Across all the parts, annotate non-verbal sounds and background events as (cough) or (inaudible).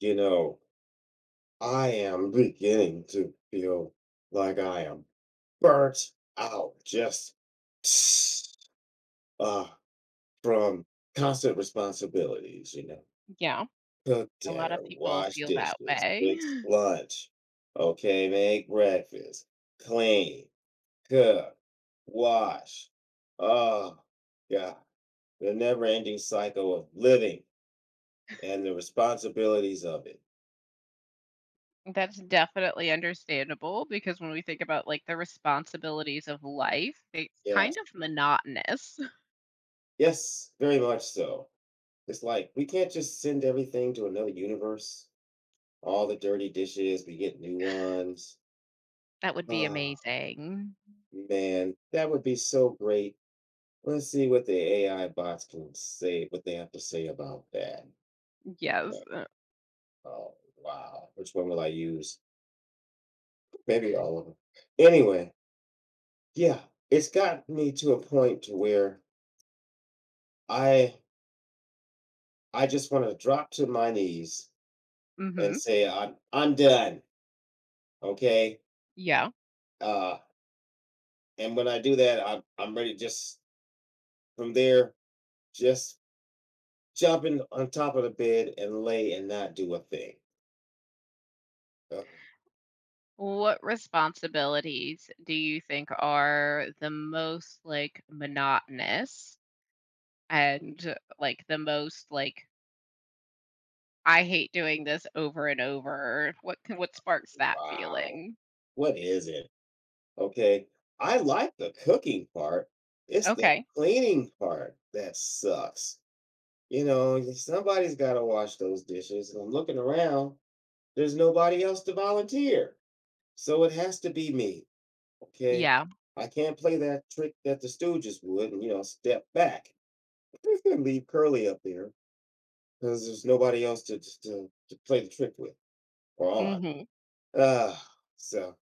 You know, I am beginning to feel like I am burnt out just (sniffs) uh, from constant responsibilities, you know, Yeah, cook a lot dinner, of people wash feel that dishes, way. fix (laughs) lunch, okay, make breakfast, clean, cook, wash. Oh, God, the never ending cycle of living and the responsibilities of it. That's definitely understandable because when we think about the responsibilities of life, it's Yes, kind of monotonous. (laughs) yes, very much so. It's like we can't just send everything to another universe. All the dirty dishes, we get new ones. That would be Ah. amazing. Man, that would be so great. Let's see what the AI bots can say, what they have to say about that. Yes. Like, oh, wow. Which one will I use? Maybe all of them. Anyway, yeah, it's got me to a point to where I I just want to drop to my knees and Mhm. say I'm done. Okay? Yeah. Uh And when I do that, I'm ready just from there, just jumping on top of the bed and lay and not do a thing. Uh, What responsibilities do you think are the most monotonous and the most I hate doing this over and over? What sparks that Wow. feeling? What is it? Okay. I like the cooking part. It's the Okay. cleaning part that sucks. You know, somebody's got to wash those dishes. And I'm looking around, there's nobody else to volunteer. So it has to be me. Okay. Yeah. I can't play that trick that the Stooges would and, you know, step back. Just gonna leave Curly up there because there's nobody else to, to play the trick with or on. Mhm. Ah, so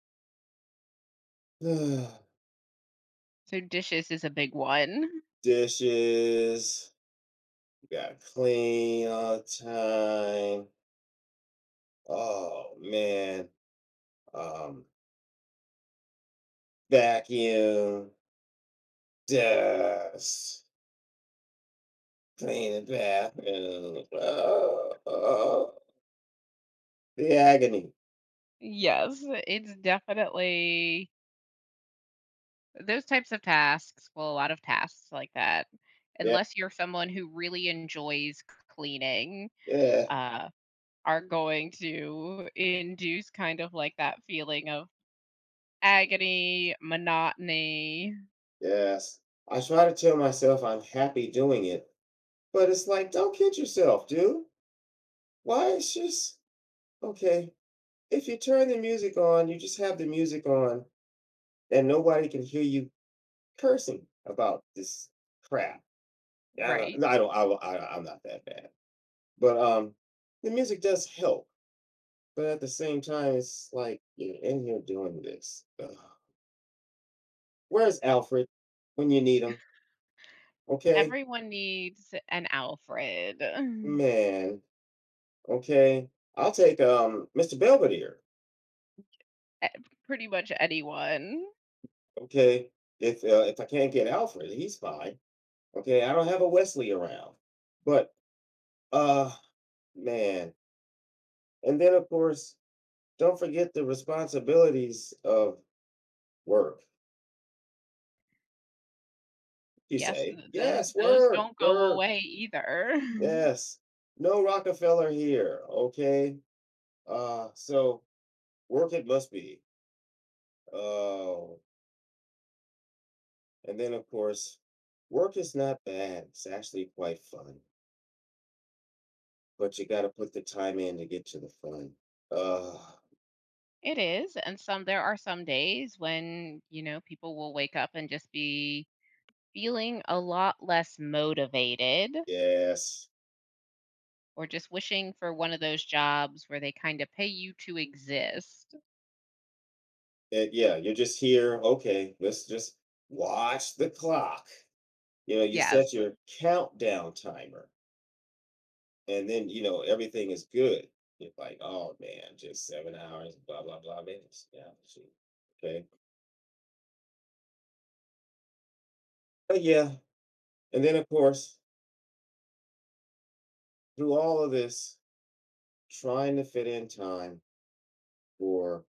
(sighs) So dishes is a big one. dishes you gotta clean all the time. Oh man, um, vacuum, dust, clean the bathroom. Oh, oh, the agony. Yes, it's definitely those types of tasks, well, a lot of tasks like that, Yeah, unless you're someone who really enjoys cleaning, yeah, uh, are going to induce kind of that feeling of agony, monotony, yes. I try to tell myself I'm happy doing it, but it's like, don't kid yourself, dude. Why it's just okay, if you turn the music on, you just have the music on, and nobody can hear you cursing about this crap. I right? don't I don't I do I'm not that bad. But, the music does help, but at the same time, it's like, "You're in here doing this. Ugh. Where's Alfred when you need him? Okay? Everyone needs an Alfred. (laughs) Man, okay? I'll take, Mr. Belvedere, Eh, pretty much anyone. okay? If I can't get Alfred, he's fine." Okay, I don't have a Wesley around. But uh man. And then of course, don't forget the responsibilities of work. You Yes, say, those yes, work, don't go work, away either. (laughs) yes. No Rockefeller here. Okay. So work it must be. Oh. And then of course, work is not bad. It's actually quite fun. But you gotta put the time in to get to the fun. Uh It is, and some there are some days when, you know, people will wake up and just be feeling a lot less motivated yes. or just wishing for one of those jobs where they kind of pay you to exist. That, yeah, you're just here, okay, let's just watch the clock. You know, you Yes, set your countdown timer and then, you know, everything is good. You're like, oh man, just 7 hours, blah, blah, blah minutes. Yeah, shoot. Okay. But yeah. And then, of course, through all of this, trying to fit in time for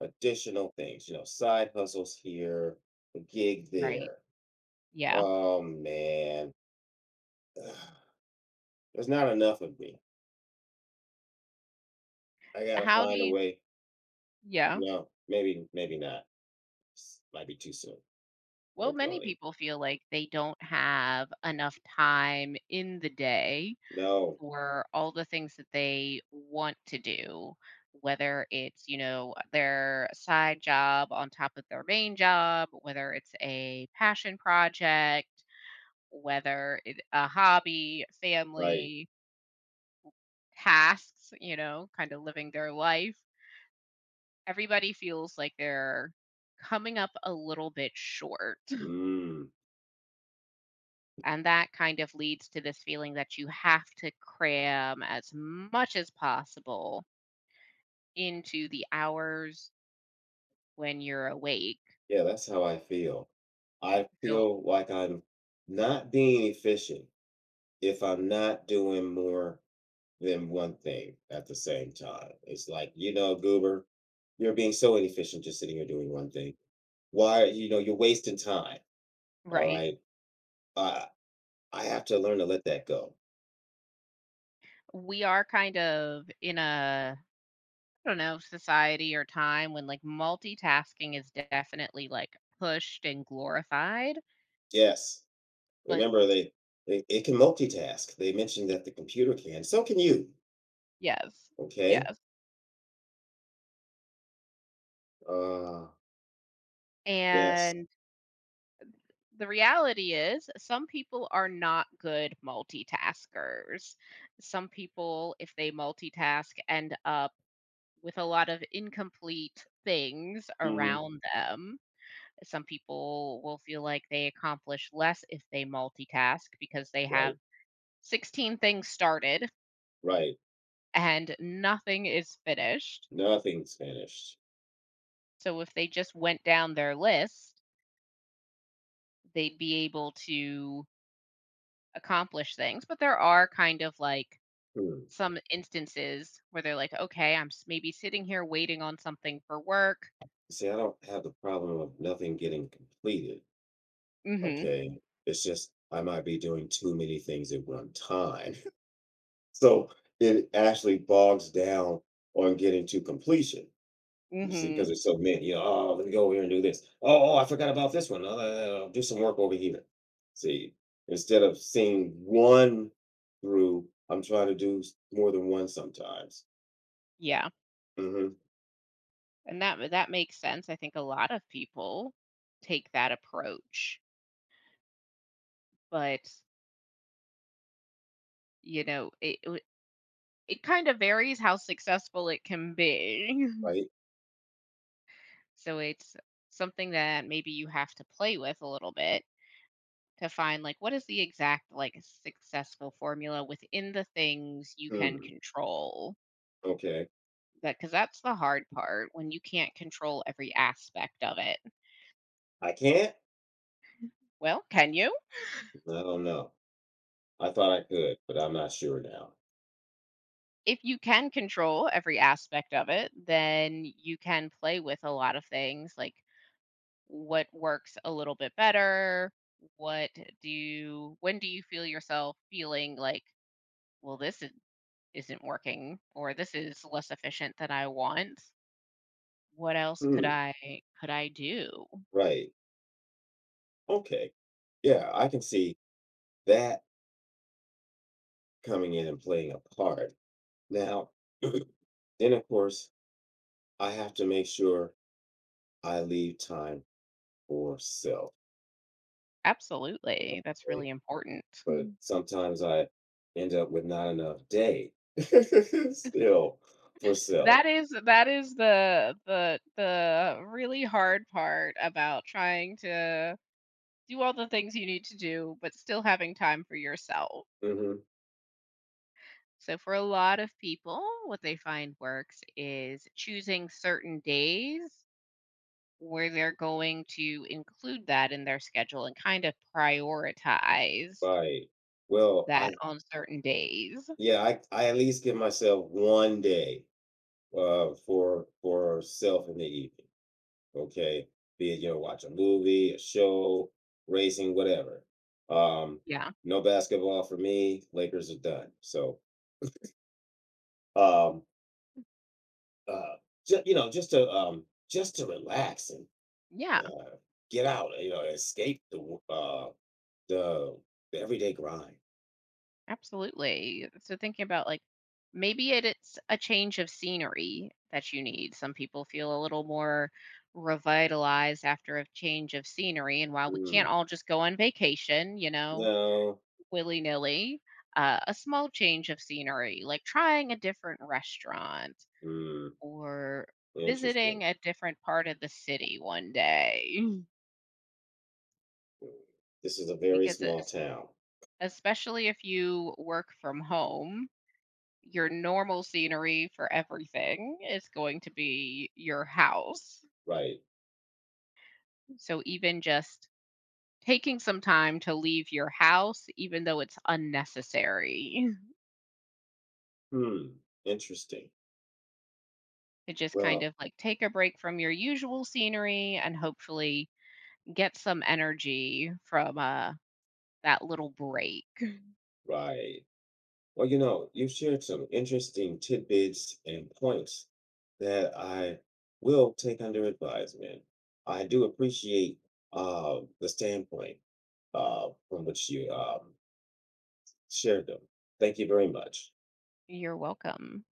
additional things, you know, side hustles here, a gig right. there. Yeah. Oh man, (sighs) there's not enough of me. I gotta How do find a you way. Yeah. No, maybe not. S- Might be too soon. Well, No many cloning. people feel like they don't have enough time in the day No, for all the things that they want to do, whether it's, you know, their side job on top of their main job, whether it's a passion project, a hobby, like, family, tasks, you know, kind of living their life. Everybody feels like they're coming up a little bit short. mm, And that kind of leads to this feeling that you have to cram as much as possible into the hours when you're awake. yeah, that's how I feel. I So feel like I'm not being efficient if I'm not doing more than one thing at the same time. It's like, you know, Goober, you're being so inefficient just sitting here doing one thing. Why, you know, you're wasting time. All right. right. Uh, I have to learn to let that go. We are kind of in a, I don't know, society or time when multitasking is definitely pushed and glorified, Yes. but Remember, they, it can multitask. They mentioned y- that the computer can. So can you. yes. Okay. Yes. Uh yes. And the reality is some people are not good multitaskers. Some people, if they multitask, end up with a lot of incomplete things Hmm. around them. Some people will feel like they accomplish less if they multitask because they have Right. 16 things started Right. and nothing is finished. Nothing's finished. So if they just went down their list, they'd be able to accomplish things. But there are kind of Hmm. some instances where they're like, okay, maybe sitting here waiting on something for work. See, I don't have the problem of nothing getting completed. Mm Okay. It's just I might be doing too many things at one time. (laughs) So it actually bogs down on getting to completion. hmm. Mm You see, because hmm. there's so many, you know, oh, let me go over here and do this. Oh, oh, I forgot about this one. I'll do some work over here. See, instead of seeing one through, I'm trying to do s- more than one sometimes. Yeah. Hmm. And that that makes sense. I think a lot of people take that approach. But You know, it w it kind of varies how successful it can be. (laughs) Right? So it's something that maybe you have to play with a little bit to find, like, what is the exact, like, successful formula within the things you can Hmm. control. Okay. That, because that's the hard part when you can't control every aspect of it. I can't? Well, can you? I don't know. I thought I could, but I'm not sure now. If you can control every aspect of it, then you can play with a lot of things, like what works a little bit better? What do you When do you feel yourself feeling like, well, isn't working, or this is less efficient than I want? What else Hmm. Could I do? Right. Okay. Yeah, I can see that coming in and playing a part. Now, then, of course, I have to make sure I leave time for self. Absolutely. That's Thing, really important. but Mm. sometimes I end up with not enough day (laughs) still for self. That is, that is the the really hard part about trying to do all the things you need to do but still having time for yourself. Hmm. So, for a lot of people, what they find works is choosing certain days where they're going to include that in their schedule and kind of prioritize Right. Well, I that. Okay. On certain days. yeah, I at least give myself one day for self in the evening. Okay. Be it you know, watch a movie, a show, racing, whatever. Um, Yeah. no basketball for me. Lakers are done. So um uh just you know, just to relax and Yeah, uh, get out, you know, escape the the the everyday grind. absolutely. So, thinking about maybe it's a change of scenery that you need. Some people feel a little more revitalized after a change of scenery. And while we can't Mm, all just go on vacation, you know, no, willy nilly, a small change of scenery, like trying a different restaurant mm, or interesting. visiting a different part of the city one day. (laughs) Mm, this is a very Because, small town, especially if you work from home, your normal scenery for everything is going to be your house. right? So, even just taking some time to leave your house, even though it's unnecessary, Hmm, interesting. (laughs) to just kind Well, of take a break from your usual scenery and hopefully get some energy from, that little break. right. Well, you know, you've shared some interesting tidbits and points that I will take under advisement. I do appreciate the standpoint from which you shared them. Thank you very much. You're welcome.